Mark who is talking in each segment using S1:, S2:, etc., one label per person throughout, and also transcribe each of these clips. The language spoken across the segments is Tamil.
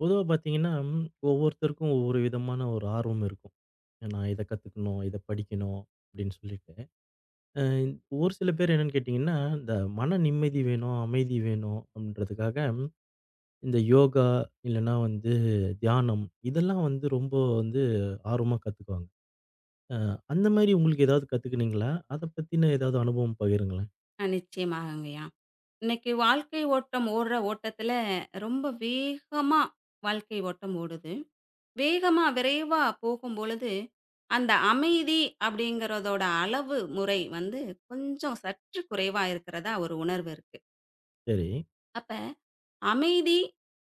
S1: பொதுவா பார்த்தீங்கன்னா, ஒவ்வொருத்தருக்கும் ஒவ்வொரு விதமான ஒரு ஆர்வம் இருக்கும். நான் இத கத்துக்கணும், இத படிக்கணும் அப்படின்னு சொல்லிட்டு. அ ஒரு சில பேர் என்னன்னு கேட்டீங்கன்னா, இந்த மன நிம்மதி வேணும், அமைதி வேணும் அப்படின்றதுக்காக இந்த யோகா இல்லன்னா வந்து தியானம் இதெல்லாம் வந்து ரொம்ப வந்து ஆர்வமா கத்துக்குவாங்க. அ அந்த மாரி உங்களுக்கு ஏதாவது கத்துக்கினீங்களா? அத பத்தின ஏதாவது அனுபவம் பகிருங்களேன்.
S2: நிச்சயமாகங்கய்யா. இன்னைக்கு வாழ்க்கை ஓட்டம் ஓடுற ஓட்டத்துல, ரொம்ப வேகமா வாழ்க்கை ஓட்டம் ஓடுது. வேகமா, விரைவா போகும்பொழுது, அந்த அமைதி அப்படிங்கிறதோட அளவு முறை வந்து, கொஞ்சம் சற்று குறைவா இருக்கிறதா ஒரு உணர்வு இருக்கு.
S1: சரி.
S2: அப்ப அமைதி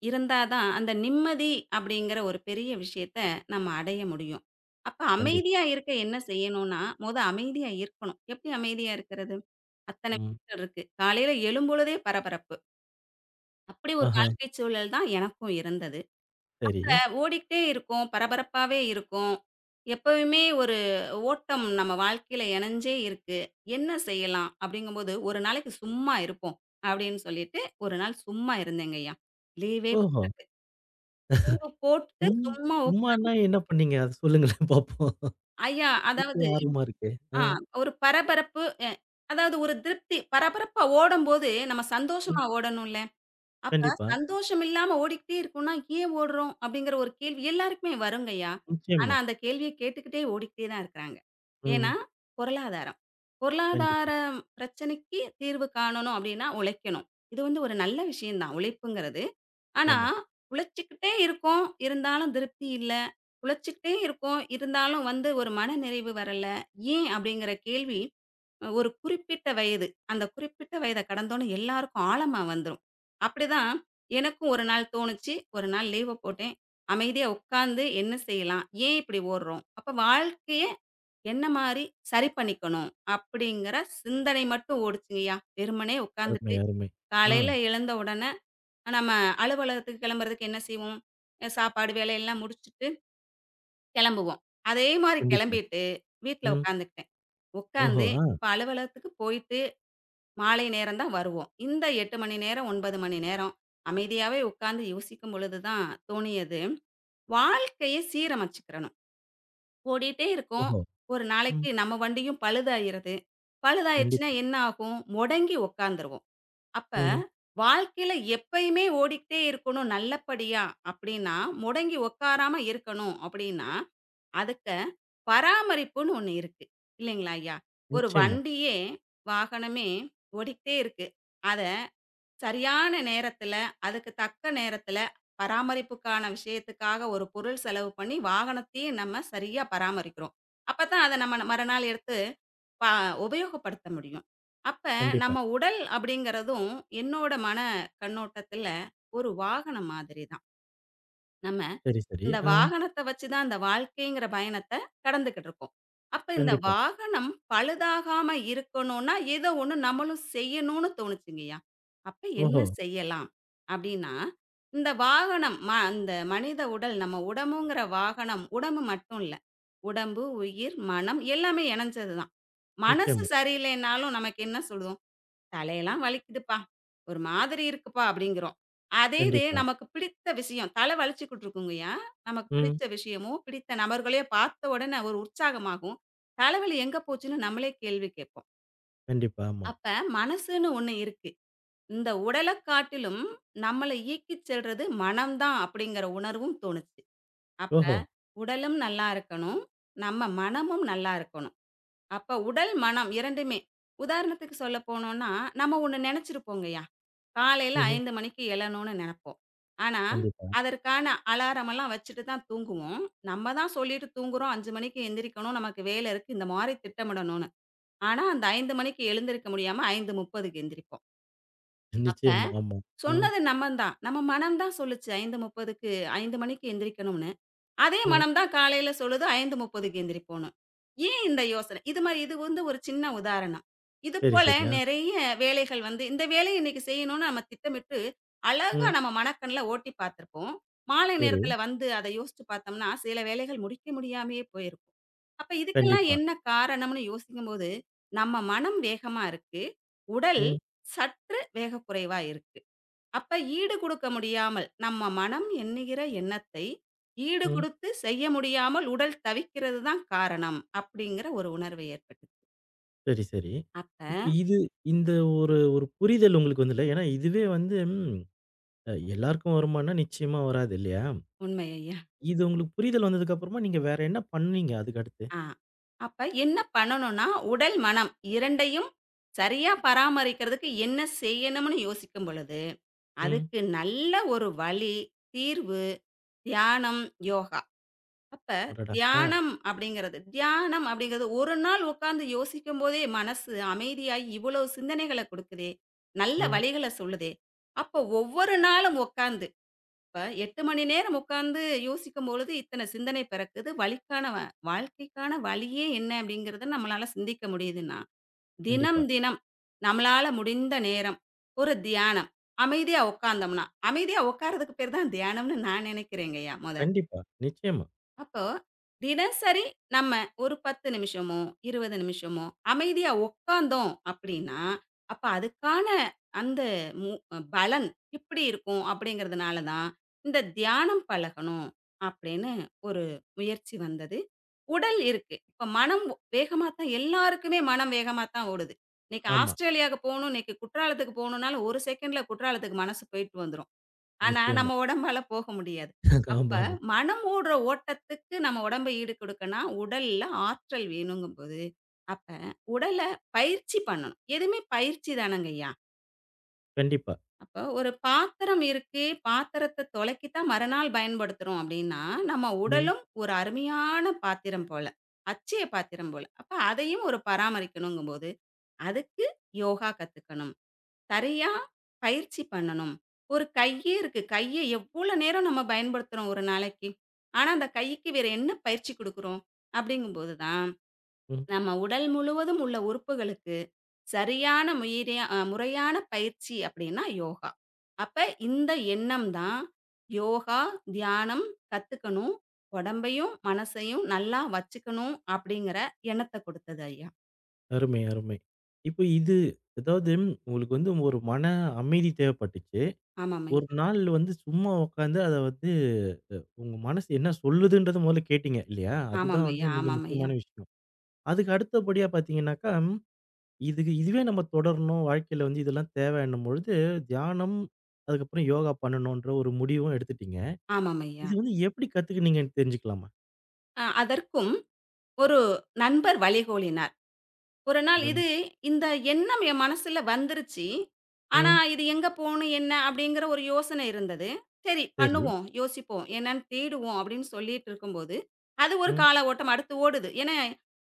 S2: இருந்தா தான் அந்த நிம்மதி அப்படிங்கிற ஒரு பெரிய விஷயத்த நம்ம அடைய முடியும். அப்ப
S1: கண்டிப்பா.
S2: அமைதியா இருக்க என்ன செய்யணும்னா, மொத அமைதியா இருக்கணும். எப்படி அமைதியா இருக்கிறது? அத்தன
S1: ம்.
S2: விஷயங்கள் இருக்கு. காலையில எழும்பொழுதே பரபரப்பு. அப்படி ஒரு
S1: ஆஹா.
S2: வாழ்க்கை சூழல் தான் எனக்கும் இருந்தது.
S1: சரி.
S2: அ ஓடிக்கிட்டே இருக்கும், பரபரப்பாவே இருக்கும். எப்பவுமே ஒரு ஓட்டம் நம்ம வாழ்க்கையில இணஞ்சே இருக்கு. என்ன செய்யலாம்? அப்படிங்கும்போது, ஒரு நாளைக்கு சும்மா இருப்போம் அப்படின்னு சொல்லிட்டு, ஒரு நாள் சும்மா இருந்தேங்கய்யா. லீவே
S1: ஓஹோ!
S2: தீவ போட்டு
S1: சும்
S2: சும்மா
S1: சும்மானா என்ன பண்ணீங்க? அத சொல்லுங்களேன் பாப்போம்.
S2: ஐயா,
S1: கேட்கவே
S2: அதாவது.
S1: ஆர்வமா இருக்கே! ஆ,
S2: ஆ ஒரு பரபரப்பு, அதாவது ஒரு திருப்தி. பரபரப்பா ஓடம்போது நம்ம
S1: ம்.
S2: சந்தோஷமா ஓடணும்ல. அப்ப
S1: கண்டிப்பா.
S2: சந்தோஷம் இல்லாம ஓடிக்கிட்டே இருக்கோம்னா, "ஏன் ஓடுறோம்?" அப்படிங்கிற ஒரு கேள்வி எல்லாருக்குமே வருங்கய்யா. ஆனா
S1: நிச்சயமா.
S2: அந்த கேள்விய கேட்டுக்கிட்டே ஓடிக்கிட்டே தான் இருக்கிறாங்க. ஏன்னா,
S1: ம்.
S2: பொருளாதாரம்.
S1: கண்டிப்பா.
S2: பொருளாதாரம் பிரச்சனைக்கு தீர்வு காணணும் அப்படின்னா உழைக்கணும். இது வந்து ஒரு நல்ல விஷயம் தான் உழைப்புங்கிறது. ஆனா,
S1: ஆமா.
S2: உழைச்சுக்கிட்டே இருக்கோம், இருந்தாலும் திருப்தி இல்ல. உழைச்சுக்கிட்டே இருக்கோம், இருந்தாலும் வந்து ஒரு மனநிறைவு வரல. ஏன் அப்படிங்கிற கேள்வி, ஒரு குறிப்பிட்ட வயது. அந்த குறிப்பிட்ட வயத கடந்தோனே எல்லாருக்கும் ஆழமா வந்துரும். அப்படிதான் எனக்கும் ஒரு நாள் தோணுச்சு. ஒரு நாள் லீவ போட்டேன். அமைதியா உட்கார்ந்து என்ன செய்யலாம்? ஏன் இப்படி ஓடுறோம்? அப்ப வாழ்க்கைய என்ன மாரி சரி பண்ணிக்கணும்? அப்படிங்கிற சிந்தனை மட்டும் ஓடுச்சுங்கய்யா. வெறுமனே
S1: அருமை,
S2: உட்கார்ந்துட்டு
S1: அருமை. ஆ,
S2: காலையில எழுந்த உடனே நம்ம அலுவலகத்துக்கு கிளம்புறதுக்கு என்ன செய்வோம்? சாப்பாடு வேலையெல்லாம் முடிச்சுட்டு கிளம்புவோம். அதே மாரி
S1: கண்டிப்பா.
S2: கிளம்பிட்டு வீட்ல
S1: ம்.
S2: உட்காந்துக்கிட்டேன்.
S1: ஓஹோ!
S2: உட்காந்து
S1: ஆ,
S2: இப்ப அலுவலகத்துக்கு போயிட்டு மாலை நேரம் தான் வருவோம். இந்த 8 மணி நேரம், 9 மணி நேரம் அமைதியாவே உட்காந்து யோசிக்கும் பொழுது தான் தோணியது, வாழ்க்கைய சீரமைச்சுக்கிறணும். ஓடிட்டே இருக்கோம்.
S1: ஓஹோ!
S2: ஒரு
S1: ம்.
S2: நாளைக்கு நம்ம வண்டியும் பழுதாயிருது. பழுதாயிருச்சுன்னா
S1: கண்டிப்பா.
S2: என்ன ஆகும்? முடங்கி உட்காந்துருவோம். அப்ப
S1: ம்.
S2: வாழ்க்கையில எப்பயுமே ஓடிக்கிட்டே இருக்கணும் நல்லபடியா அப்படின்னா, முடங்கி உட்காராம இருக்கணும் அப்படின்னா, அதுக்கு பராமரிப்புன்னு ஒண்ணு இருக்கு. இல்லைங்களா ஐயா? ஒரு
S1: நிச்சயமா.
S2: வண்டியே, வாகனமே ஓடிக்கிட்டே இருக்கு. அத சரியான நேரத்துல, அதுக்கு தக்க நேரத்துல பராமரிப்புக்கான விஷயத்துக்காக ஒரு பொருள் செலவு பண்ணி வாகனத்தையே நம்ம சரியா பராமரிக்கிறோம். அப்பதான் அத நம்ம மறுநாள் எடுத்து பா உபயோகப்படுத்த முடியும். அப்ப
S1: கண்டிப்பா.
S2: நம்ம உடல் அப்படிங்கிறதும் என்னோட மன கண்ணோட்டத்துல ஒரு வாகனம் மாதிரி தான். நம்ம
S1: சரி, சரி.
S2: இந்த
S1: ஆ,
S2: வாகனத்த வச்சு தான் இந்த வாழ்க்கைங்கிற பயணத்த கடந்துகிட்டு இருக்கோம். அப்ப இந்த
S1: கண்டிப்பா.
S2: வாகனம் பழுதாகாம இருக்கணும்னா, ஏதோ ஒண்ணு நம்மளும் செய்யணும்னு தோணுச்சுங்கய்யா. அப்ப என்ன
S1: ஓஹோ!
S2: செய்யலாம்? அப்படின்னா, இந்த வாகனம் அந்த மனித உடல் நம்ம உடம்புங்கிற வாகனம் உடம்பு மட்டும் இல்ல. உடம்பு, உயிர், மனம் எல்லாமே இணைஞ்சது தான். மனசு
S1: நிச்சயமா.
S2: சரியில்லைன்னாலும் நமக்கு என்ன சொல்லுவோம்? "தலையெல்லாம் வலிக்குதுப்பா. ஒரு மாதிரி இருக்குப்பா" அப்படிங்கிறோம். அதே இது
S1: கண்டிப்பா.
S2: நமக்கு பிடித்த விஷயம் தலை வலிச்சுக்கிட்டு இருக்குங்கய்யா, நமக்கு
S1: ம்.
S2: பிடிச்ச விஷயமோ, பிடித்த நபர்களையோ பார்த்த உடனே ஒரு உற்சாகமாகும். தலைவலி எங்க போச்சுன்னு நம்மளே கேள்வி கேட்போம்.
S1: கண்டிப்பா. ஆமா.
S2: அப்ப மனசுன்னு ஒண்ணு இருக்கு. இந்த உடலைக் காட்டிலும் நம்மள இயக்கிச் செல்றது மனம் தான் அப்படிங்கிற உணர்வும் தோணுச்சு. அப்ப
S1: ஓஹோ!
S2: உடலும் நல்லா இருக்கணும், நம்ம மனமும் நல்லா இருக்கணும். அப்ப உடல், மனம் 2மே. உதாரணத்துக்கு சொல்ல போனோம்னா, நம்ம ஒண்ணு நெனச்சிருப்போங்கய்யா. காலையில
S1: ம்ஹ்ம்.
S2: 5 மணிக்கு எழணும்னு நெனப்போம். ஆனா,
S1: கண்டிப்பா.
S2: அதற்கான அலாரமெல்லாம் வச்சுட்டு தான் தூங்குவோம். நம்ம தான் சொல்லிட்டு தூங்குறோம் 5 மணிக்கு எந்திரிக்கணும், நமக்கு வேலை இருக்கு, இந்த மாரி திட்டமிடணும்னு. ஆனா, அந்த 5 மணிக்கு எழுந்திருக்க முடியாம 5:30க்கு எந்திரிப்போம். அப்ப
S1: நிச்சயமா. ஆமா. ஆ,
S2: சொன்னது நம்ம தான். நம்ம மனம் தான் சொல்லுச்சு 5:30க்கு 5 மணிக்கு எந்திரிக்கணும்னு. அதே
S1: ம்.
S2: மனம் தான் காலையில சொல்லுது 5:30க்கு எந்திரிப்போன்னு. ஏன் இந்த யோசனை? இது மாரி இது வந்து ஒரு சின்ன உதாரணம். இது
S1: சரி,
S2: போல
S1: சரி. ஆ,
S2: நெறைய வேலைகள் வந்து இந்த வேலைய இன்னைக்கு செய்யணும்னு நம்ம திட்டமிட்டு, அழகா
S1: ம்.
S2: நம்ம மனக்கண்ல ஓட்டி பார்த்திருப்போம். மாலை
S1: சரி.
S2: நேரத்துல வந்து அத யோசிச்சு பார்த்தோம்னா, சில வேலைகள் முடிக்க முடியாமயே போயிருக்கும். அப்ப இதுக்கெல்லாம்
S1: கண்டிப்பா.
S2: என்ன காரணம்னு யோசிக்கும்போது, நம்ம மனம் வேகமா இருக்கு. உடல்
S1: ம்,
S2: சற்று வேகக்குறைவா இருக்கு. அப்ப ஈடு கொடுக்க முடியாமல், நம்ம மனம் எண்ணுகிற எண்ணத்தை ஈடு
S1: ம்.
S2: குடுத்து செய்ய முடியாமல் உடல் தவிக்கிறது தான் காரணம். அப்படிங்கிற ஒரு உணர்வு ஏற்பட்டுச்சு.
S1: சரி, சரி.
S2: அப்ப
S1: இப்ப இந்த ஒரு ஒரு புரிதல் உங்களுக்கு வந்துல்ல. ஏன்னா இதுவே வந்து எல்லாருக்கும் வருமான்னா, நிச்சயமா வராது இல்லையா?
S2: உண்மை ஐயா.
S1: இது உங்களுக்கு புரிதல் வந்ததுக்கு அப்புறமா, நீங்க வேற என்ன பண்ணீங்க அதுக்கு அடுத்து?
S2: ஆ. அப்ப என்ன பண்ணணும்னா, உடல், மனம் 2யும் சரியா பராமரிக்கிறதுக்கு என்ன செய்யணும்னு யோசிக்கும் பொழுது,
S1: ம்.
S2: அதுக்கு நல்ல ஒரு வழி, தீர்வு, தியானம், யோகா. அப்ப
S1: அடடா! ஆ.
S2: தியானம் அப்படிங்கிறது ஒரு நாள் உட்கார்ந்து யோசிக்கும்போதே மனசு அமைதியாகி இவ்வளவு சிந்தனைகளை கொடுக்குதே, நல்ல
S1: ம்.
S2: வழிகளை சொல்லுதே. அப்போ ஒவ்வொரு நாளும் உட்கார்ந்து, இப்ப 8 மணி நேரம் உட்கார்ந்து யோசிக்கும் பொழுது இத்தனை சிந்தனை பிறக்குது. வழிக்கான வ வாழ்க்கைக்கான வழியே என்ன அப்படிங்கிறத நம்மளால சிந்திக்க முடியுதுன்னா, தினம்
S1: கண்டிப்பா.
S2: தினம் நம்மளால முடிந்த நேரம் ஒரு தியானம். அமைதியா உட்கார்ந்தோம்னா, அமைதியா உட்கார்றதுக்கு பேர் தான் தியானம்னு நான் நினைக்கிறேங்கய்யா.
S1: கண்டிப்பா. நிச்சயமா.
S2: அப்போ, தினசரி நம்ம ஒரு 10 நிமிஷமோ, 20 நிமிஷமோ அமைதியா உட்கார்ந்தோம் அப்படின்னா, அப்ப அதுக்கான அந்த மு பலன் இப்படி இருக்கும் அப்படிங்கிறதுனால தான், இந்த தியானம் பழகணும் அப்படின்னு ஒரு முயற்சி வந்தது. உடல் இருக்கு. இப்ப மனம் வேகமா தான் எல்லாருக்குமே மனம் வேகமா தான் ஓடுது. இன்னைக்கு
S1: ஆமா.
S2: ஆஸ்திரேலியாவுக்கு போகணும், இன்னைக்கு குற்றாலத்துக்கு போகணும்னாலும், ஒரு செகண்ட்ல குற்றாலத்துக்கு மனசு போயிட்டு வந்துரும். ஆனா,
S1: நிச்சயமா.
S2: நம்ம உடம்பால போக முடியாது. அப்ப
S1: ஆமாமா.
S2: மனம் ஓடுற ஓட்டத்துக்கு நம்ம உடம்ப ஈடு கொடுக்கன்னா, உடல்ல ஆற்றல் வேணுங்கும்போது, அப்ப உடல பயிற்சி பண்ணணும். எதுவுமே பயிற்சி தானங்கய்யா.
S1: கண்டிப்பா.
S2: அப்ப ஒரு பாத்திரம் இருக்கு, பாத்திரத்த துலக்கி தான் மறுநாள் பயன்படுத்துறோம் அப்படின்னா, நம்ம
S1: ம்.
S2: உடலும் ஒரு அருமையான பாத்திரம் போல. அட்சய பாத்திரம் போல. அப்ப அதையும் ஒரு பராமரிக்கணுங்கும்போது, அதுக்கு யோகா கத்துக்கணும். சரியா பயிற்சி பண்ணணும். ஒரு கையே இருக்கு. கைய எவ்வளோ நேரம் நம்ம பயன்படுத்துறோம் ஒரு நாளைக்கு. ஆனா, அந்த கைக்கு வேற என்ன பயிற்சி குடுக்குறோம்? அப்படிங்கும்போது தான்,
S1: ம்.
S2: நம்ம உடல் முழுவதும் உள்ள உறுப்புகளுக்கு சரியான முயிரியா அ முறையான பயிற்சி அப்படின்னா யோகா. அப்ப இந்த எண்ணம் தான் யோகா, தியானம் கத்துக்கணும். உடம்பையும், மனசையும் நல்லா வச்சுக்கணும் அப்படிங்கிற எண்ணத்த கொடுத்தது ஐயா.
S1: அருமை, அருமை. இப்போ அதாவது உங்களுக்கு வந்து ஒரு மன அமைதி தேவைப்பட்டுச்சு.
S2: ஆமாம்
S1: ஒரு
S2: ஐயா.
S1: நாள் வந்து சும்மா உட்காந்து அத வந்து உங்க மனசு என்ன சொல்லுதுன்றத முதல்ல கேட்டீங்க இல்லையா?
S2: ஆமாம்
S1: அதுதான் வந்து
S2: ஐயா.
S1: மிக
S2: ஆமாம் ஐயா.
S1: முக்கியமான விஷயம். அதுக்கு அடுத்தபடியா பார்த்தீங்கன்னாக்கா இதுவே நம்ம தொடரணும். வாழ்க்கையில வந்து இதெல்லாம் தேவைன்னும் பொழுது, தியானம், அதுக்கப்புறம் யோகா பண்ணணுன்ற ஒரு முடிவும் எடுத்துட்டீங்க.
S2: ஆமாம் ஐயா.
S1: இது வந்து எப்படி கத்துக்கினீங்கன்னு தெரிஞ்சுக்கலாமா?
S2: அதற்கும் ஒரு நண்பர் வழிகோலினார். ஒரு நாள்
S1: அடடா!
S2: இது இந்த எண்ணம் என் மனசுல வந்துருச்சு. ஆனா,
S1: ம்.
S2: இது எங்க போணும், என்ன அப்படிங்கிற ஒரு யோசனை இருந்தது. சரி
S1: சரி.
S2: பண்ணுவோம், யோசிப்போம், என்னன்னு தேடுவோம் அப்படின்னு சொல்லிட்டு இருக்கும்போது, அது ஒரு
S1: ம்.
S2: கால ஓட்டம் அடுத்து ஓடுது. ஏன்னா,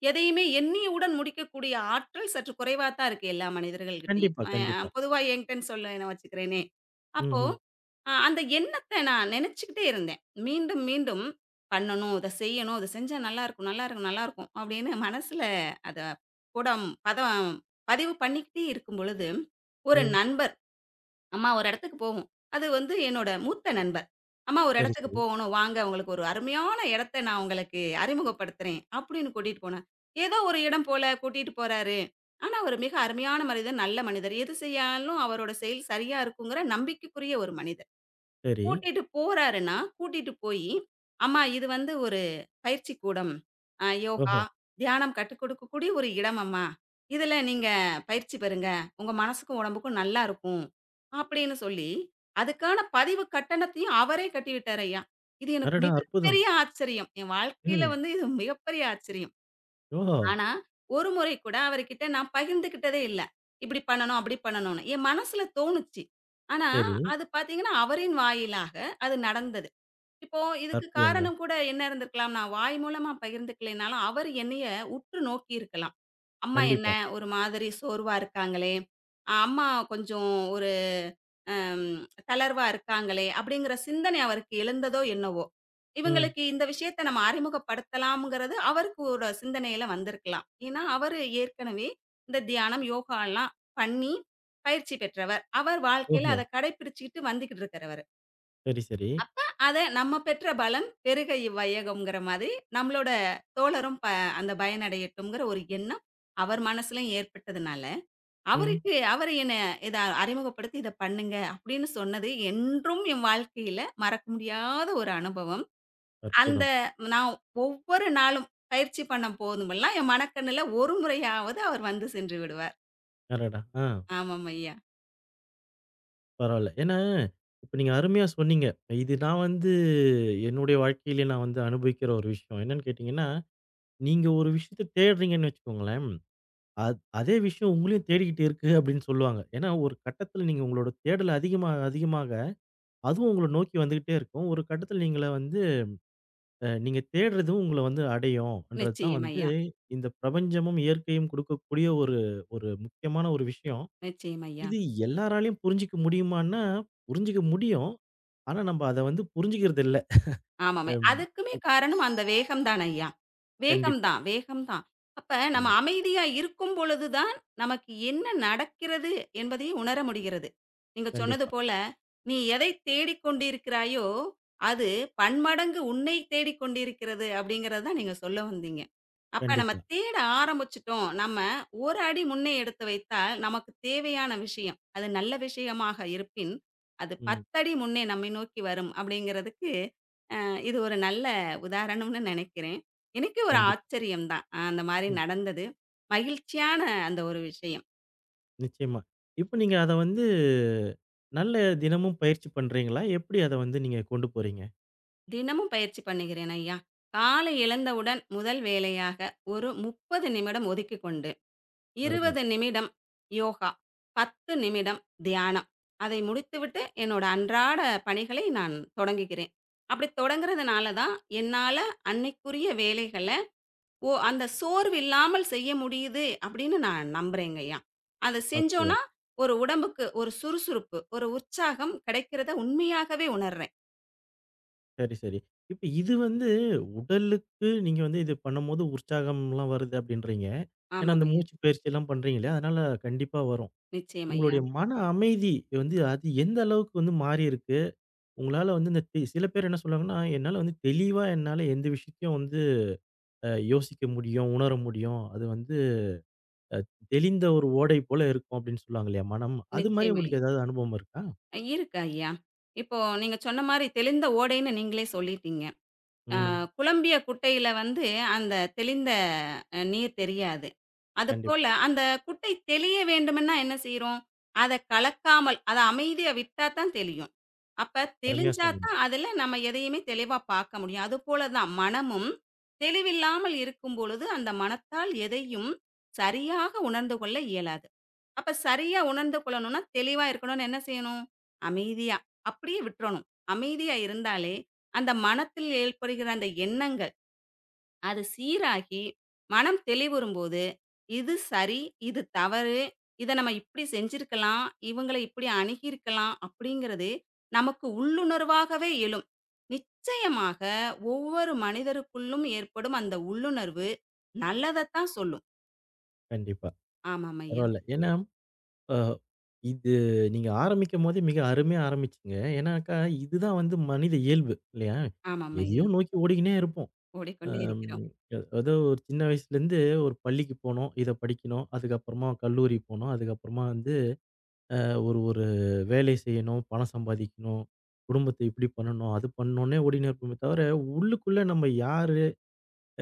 S2: எதையுமே எண்ணியவுடன் முடிக்கக்கூடிய ஆற்றல் சற்று குறைவா தான் இருக்கு எல்லா மனிதர்கள்கிட்டயும்.
S1: கண்டிப்பா, கண்டிப்பா.
S2: பொதுவா என்கிட்டன்னு சொல்ல நான் வச்சுக்கிறேனே.
S1: ம்ஹ்ம்.
S2: அப்போ
S1: ம்.
S2: அந்த எண்ணத்த நான் நினைச்சுக்கிட்டே இருந்தேன். மீண்டும், மீண்டும் பண்ணணும், இத செய்யணும், இத செஞ்சா நல்லாருக்கும், நல்லாருக்கும், நல்லாருக்கும் அப்படின்னு மனசுல அத புடம் பதம் பதிவு பண்ணிக்கிட்டே இருக்கும் பொழுது, ஒரு
S1: ம்.
S2: நண்பர், "அம்மா ஒரு இடத்துக்கு போவோம்." அது வந்து என்னோட மூத்த நண்பர். "அம்மா ஒரு
S1: சரி,
S2: இடத்துக்கு
S1: சரி,
S2: போகணும். வாங்க உங்களுக்கு ஒரு அருமையான இடத்த நான் உங்களுக்கு அறிமுகப்படுத்துறேன்." அப்படின்னு கூட்டிட்டு போனார். ஏதோ ஒரு இடம் போல கூட்டிட்டு போறாரு. ஆனா அவர் மிக அருமையான மனிதர், நல்ல மனிதர். எது செய்யாலும் அவரோட செயல் சரியா இருக்குங்கிற நம்பிக்கைக்குரிய ஒரு மனிதர்.
S1: சரி.
S2: கூட்டிட்டு போறாருன்னா, கூட்டிட்டு போயி, "அம்மா இது வந்து ஒரு பயிற்சி கூடம். யோகா,
S1: ஓஹோ!
S2: தியானம் கத்துக் கொடுக்கக்கூடிய ஒரு இடம் அம்மா. இதுல நீங்க பயிற்சி பெறுங்க. உங்க மனசுக்கும், உடம்புக்கும் நல்லா இருக்கும்." அப்படின்னு சொல்லி, அதுக்கான பதிவு கட்டணத்தையும் அவரே கட்டிவிட்டாரு ஐயா. இது எனக்கு
S1: அடடா! அற்புதம்.
S2: மிகப்பெரிய ஆச்சரியம். என் வாழ்க்கையில
S1: ம்.
S2: வந்து இது மிகப்பெரிய ஆச்சரியம்.
S1: ஓஹோ!
S2: ஆனா, ஒரு முறை கூட அவருகிட்ட நான் பகிர்ந்துக்கிட்டதே இல்ல. இப்படி பண்ணணும், அப்படி பண்ணணும்னு. என் மனசுல தோணுச்சு. ஆனா,
S1: சரி.
S2: அது பார்த்தீங்கன்னா, அவரின் வாயிலாக அது நடந்தது. இப்போ இதுக்கு
S1: அற்புதங்க.
S2: காரணம் கூட என்ன இருந்திருக்கலாம்? நான் வாய் மூலமா பகிர்ந்துக்கலைனாலும், அவர் என்னைய உற்று நோக்கியிருக்கலாம். "அம்மா என்ன
S1: கண்டிப்பா.
S2: ஒரு மாதிரி சோர்வா இருக்காங்களே! அம்மா கொஞ்சம் அம் தளர்வா இருக்காங்களே! அப்படிங்கிற சிந்தனை அவருக்கு எழுந்ததோ என்னவோ!
S1: ம்.
S2: இவங்களுக்கு இந்த விஷயத்த நம்ம அறிமுகப்படுத்தலாம்ங்கிறது அவருக்கு ஒரு சிந்தனையில வந்திருக்கலாம். ஏன்னா, அவரு ஏற்கனவே இந்த தியானம், யோகாலாம் பண்ணி பயிற்சி பெற்றவர். அவர் வாழ்க்கையில
S1: ஓஹோ!
S2: அத கடைப்பிடிச்சுக்கிட்டு வந்துகிட்டு இருக்கிறவரு.
S1: சரி, சரி.
S2: அப்ப அத நம்ம பெற்ற பலன் பெருக இவ்வையகம்ங்கிற மாதிரி நம்மளோட தோழரும் அந்த பயனடையட்டும்ங்கிற ஒரு எண்ணம் அவர் மனசுலயும் ஏற்பட்டதுனால
S1: ம்.
S2: அவருக்கு அவரு என்ன இத அறிமுகப்படுத்தி இத பண்ணுங்க அப்படின்னு சொன்னது என்றும் என் வாழ்க்கையில மறக்க முடியாத ஒரு அனுபவம். அந்த
S1: அற்புதம்.
S2: நான் ஒவ்வொரு நாளும் பயிற்சி பண்ணும் போதுமெல்லாம், என் மனக்கண்ணுல ஒரு முறையாவது அவர் வந்து சென்று விடுவார்.
S1: அடடா! ஆ.
S2: ஆமாம் ஐயா.
S1: பரவால்ல. ஏன்னா, இப்ப நீங்க அருமையா சொன்னீங்க. இது நான் வந்து என்னுடைய வாழ்க்கையிலே நான் வந்து அனுபவிக்கிற ஒரு விஷயம். என்னன்னு கேட்டீங்கன்னா, நீங்க ஒரு விஷயத்த தேடுறீங்கன்னு வச்சுக்கோங்களேன், அதே விஷயம் உங்களையும் தேடிக்கிட்டு இருக்கு அப்படின்னு சொல்லுவாங்க. ஏன்னா, ஒரு கட்டத்தில நீங்க உங்களோட தேடல் அதிகமாக, அதிகமாக அதுவும் உங்கள நோக்கி வந்துகிட்டே இருக்கும். ஒரு கட்டத்தில நீங்கள வந்து நீங்க தேடுறதும் உங்கள வந்து அடையும்ன்றது தான்
S2: நிச்சயம்
S1: வந்து
S2: ஐயா,
S1: இந்த பிரபஞ்சமும், இயற்கையும் குடுக்கக்கூடிய ஒரு ஒரு முக்கியமான ஒரு விஷயம்.
S2: நிச்சயம் ஐயா.
S1: இது எல்லாராலயும் புரிஞ்சுக்க முடியுமான்னா, புரிஞ்சுக்க முடியும். ஆனா நம்ப அத வந்து புரிஞ்சுக்கிறது இல்ல.
S2: ஆமாமே.
S1: அம்
S2: அதுக்குமே காரணம் அந்த வேகம் தான் ஐயா. வேகம்
S1: கண்டிப்பா.
S2: தான், வேகம் தான். அப்ப நம்ம
S1: ம்.
S2: அமைதியா இருக்கும் பொழுது தான், நமக்கு என்ன நடக்கிறது என்பதை உணர முடிகிறது. நீங்க சொன்னது
S1: கண்டிப்பா,
S2: போல, "நீ எதை தேடிக் கொண்டிருக்கிறாயோ, அது பன்மடங்கு உன்னை தேடிக் கொண்டிருக்கிறது" அப்படிங்கிறது தான் நீங்க சொல்ல வந்தீங்க. அப்ப நம்ம
S1: கண்டிப்பா.
S2: தேட ஆரம்பிச்சுட்டோம். நம்ம ஒரு அடி முன்னே எடுத்து வைத்தால், நமக்கு தேவையான விஷயம், அது நல்ல விஷயமாக இருப்பின், அது
S1: ம்.
S2: 10 அடி முன்னே நம்மை நோக்கி வரும் அப்படிங்கிறதுக்கு இது ஒரு நல்ல உதாரணம்னு நினைக்கிறேன். எனக்கே ஒரு
S1: கண்டிப்பா.
S2: ஆச்சரியம் தான். அந்த மாரி
S1: ம்.
S2: நடந்தது. மகிழ்ச்சியான அந்த ஒரு விஷயம்.
S1: நிச்சயமா. இப்ப நீங்க அத வந்து நல்ல தினமும் பயிற்சி பண்றீங்களா? எப்படி அத வந்து நீங்க கொண்டு போறீங்க?
S2: தினமும் பயிற்சி பண்ணுகிறேன் ஐயா. காலை எழுந்தவுடன் முதல் வேலையாக ஒரு 30 நிமிடம் ஒதுக்கிக்கொண்டு,
S1: அருமை.
S2: 20 நிமிடம் யோகா, 10 நிமிடம் தியானம். அதை முடித்துவிட்டு என்னோட அன்றாட பணிகளை நான் தொடங்குகிறேன். அப்படி தொடங்குறதுனால தான் என்னால அன்னைக்குரிய வேலைகள ஓ! அந்த சோர்வு இல்லாமல் செய்ய முடியுது அப்படின்னு நான் நம்புறேங்கய்யா. அத
S1: அற்புதம்.
S2: செஞ்சோம்னா, ஒரு உடம்புக்கு ஒரு சுறுசுறுப்பு, ஒரு உற்சாகம் கிடைக்கிறத உண்மையாகவே உணர்றேன்.
S1: சரி, சரி. இப்ப இது வந்து உடலுக்கு நீங்க வந்து இது பண்ணும்போது உற்சாகம்லாம் வருது அப்படின்றீங்க. ஏன்னா
S2: ஆமாம்
S1: அந்த
S2: ஐயா.
S1: மூச்சு பயிற்சிலாம் பண்றீங்க இல்லையா? அதனால கண்டிப்பா வரும்.
S2: நிச்சயம் ஐயா.
S1: உங்களுடைய மன அமைதி வந்து அது எந்த அளவுக்கு வந்து மாறியிருக்கு? உங்களால வந்து இந்த தெ சில பேர் என்ன சொல்லுவாங்கன்னா, என்னால எந்த விஷயத்தையும் வந்து யோசிக்க முடியும், உணர முடியும். அது வந்து தெளிந்த ஒரு ஓடை போல இருக்கும் அப்படின்னு சொல்லுவாங்க இல்லையா மனம். அது மாரி
S2: நிச்சயம் ஐயா.
S1: உங்களுக்கு ஏதாவது அனுபவம் இருக்கா?
S2: இருக்கு ஐயா. இப்போ நீங்க சொன்ன மாரி தெளிந்த ஓடைன்னு நீங்களே சொல்லிட்டீங்க. அ
S1: ம்.
S2: குழம்பிய குட்டையில வந்து அந்த தெளிந்த நீர் தெரியாது. அதுபோல
S1: கண்டிப்பா.
S2: அந்த குட்டை தெளிய வேண்டுமென்னா என்ன செய்றோம்? அத கலக்காமல், அத அமைதியா விட்டா தான் தெளியும். அப்ப
S1: அருமையா
S2: தெளிஞ்சா
S1: சொன்னீங்க.
S2: தான் அதுல நம்ம எதையுமே தெளிவா பார்க்க முடியும். அதுபோல தான் மனமும் தெளிவில்லாமல் இருக்கும் பொழுது, அந்த மனத்தால் எதையும் சரியாக உணர்ந்து கொள்ள இயலாது. அப்ப சரியா உணர்ந்து கொள்ளணும்னா, தெளிவா இருக்கணும்னு என்ன செய்யணும்? அமைதியா, அப்படியே விட்டுறணும். அமைதியா இருந்தாலே, அந்த மனத்தில் ஏற்படுகிற அந்த எண்ணங்கள் அது சீராகி, மனம் தெளிவுறும்போது, இது சரி, இது தவறு, இத நம்ம இப்படி செஞ்சிருக்கலாம், இவங்கள இப்படி அணுகியிருக்கலாம் அப்படிங்கிறது நமக்கு உள்ளுணர்வாகவே எழும். நிச்சயமாக ஒவ்வொரு மனிதருக்குள்ளும் ஏற்படும் அந்த உள்ளுணர்வு நல்லதத்தான் சொல்லும்.
S1: கண்டிப்பா.
S2: ஆமாம் ஐயா,
S1: பரவால்ல. ஏன்னா, அ இது நீங்க ஆரம்பிக்கும்போதே மிக அருமையா ஆரம்பிச்சீங்க. ஏன்னாக்கா, இதுதான் வந்து மனித இயல்பு இல்லையா?
S2: ஆமாம்
S1: எதையோ
S2: ஐயா.
S1: நோக்கி ஓடிக்கினே இருப்போம்.
S2: ஓடிக்கொண்டே
S1: அம்
S2: இருக்கிறோம்.
S1: ஏதோ ஒரு சின்ன வயசுலேருந்து ஒரு பள்ளிக்கு போனோம், இத படிக்கணும். அதுக்கப்புறமா கல்லூரி போனோம். அதுக்கப்புறமா வந்து ஒரு ஒரு வேலை செய்யணும், பணம் சம்பாதிக்கணும், குடும்பத்த இப்படி பண்ணணும், அது பண்ணணும்னே ஓடின்னு இருப்போமே தவிர, உள்ளுக்குள்ள நம்ம யாரு?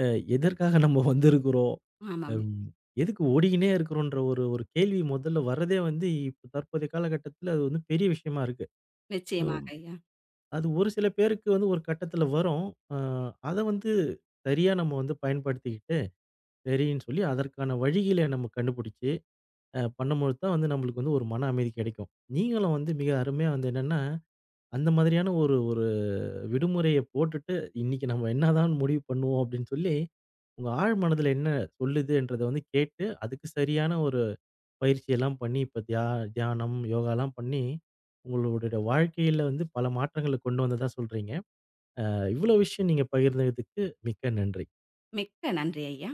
S1: அ எதற்காக நம்ம வந்திருக்கிறோம்?
S2: ஆமாம்.
S1: அம் எதுக்கு ஓடிக்கின்னே இருக்கிறோன்ற ஒரு ஒரு கேள்வி முதல்ல வர்றதே வந்து, இப்ப தற்போதைய காலகட்டத்தில அது வந்து பெரிய விஷயமா இருக்கு.
S2: நிச்சயமாக
S1: ம்
S2: ஐயா.
S1: அது ஒரு சில பேருக்கு வந்து ஒரு கட்டத்தில வரும். அ அத வந்து சரியா நம்ம வந்து பயன்படுத்திக்கிட்டு, சரின்னு சொல்லி அதற்கான வழிகள நம்ம கண்டுபிடிச்சு, பண்ணும்பொழுது தான் வந்து நம்மளுக்கு வந்து ஒரு மன அமைதி கிடைக்கும். நீங்களும் வந்து மிக அருமையா வந்து என்னன்னா அந்த மாதிரியான ஒரு ஒரு விடுமுறைய போட்டுட்டு, "இன்னைக்கு நம்ம என்னதான் முடிவு பண்ணுவோம்?" அப்படின்னு சொல்லி, உங்க ஆழ் மனதுல என்ன சொல்லுதுன்றத வந்து கேட்டு, அதுக்கு சரியான ஒரு பயிற்சியெல்லாம் பண்ணி, இப்ப தியானம், யோகாலாம் பண்ணி, உங்களுடைய வாழ்க்கையில வந்து பல மாற்றங்கள கொண்டு வந்ததா சொல்றீங்க. இவ்வளோ விஷயம் நீங்க பகிர்ந்ததுக்கு மிக்க நன்றி.
S2: மிக்க நன்றி ஐயா.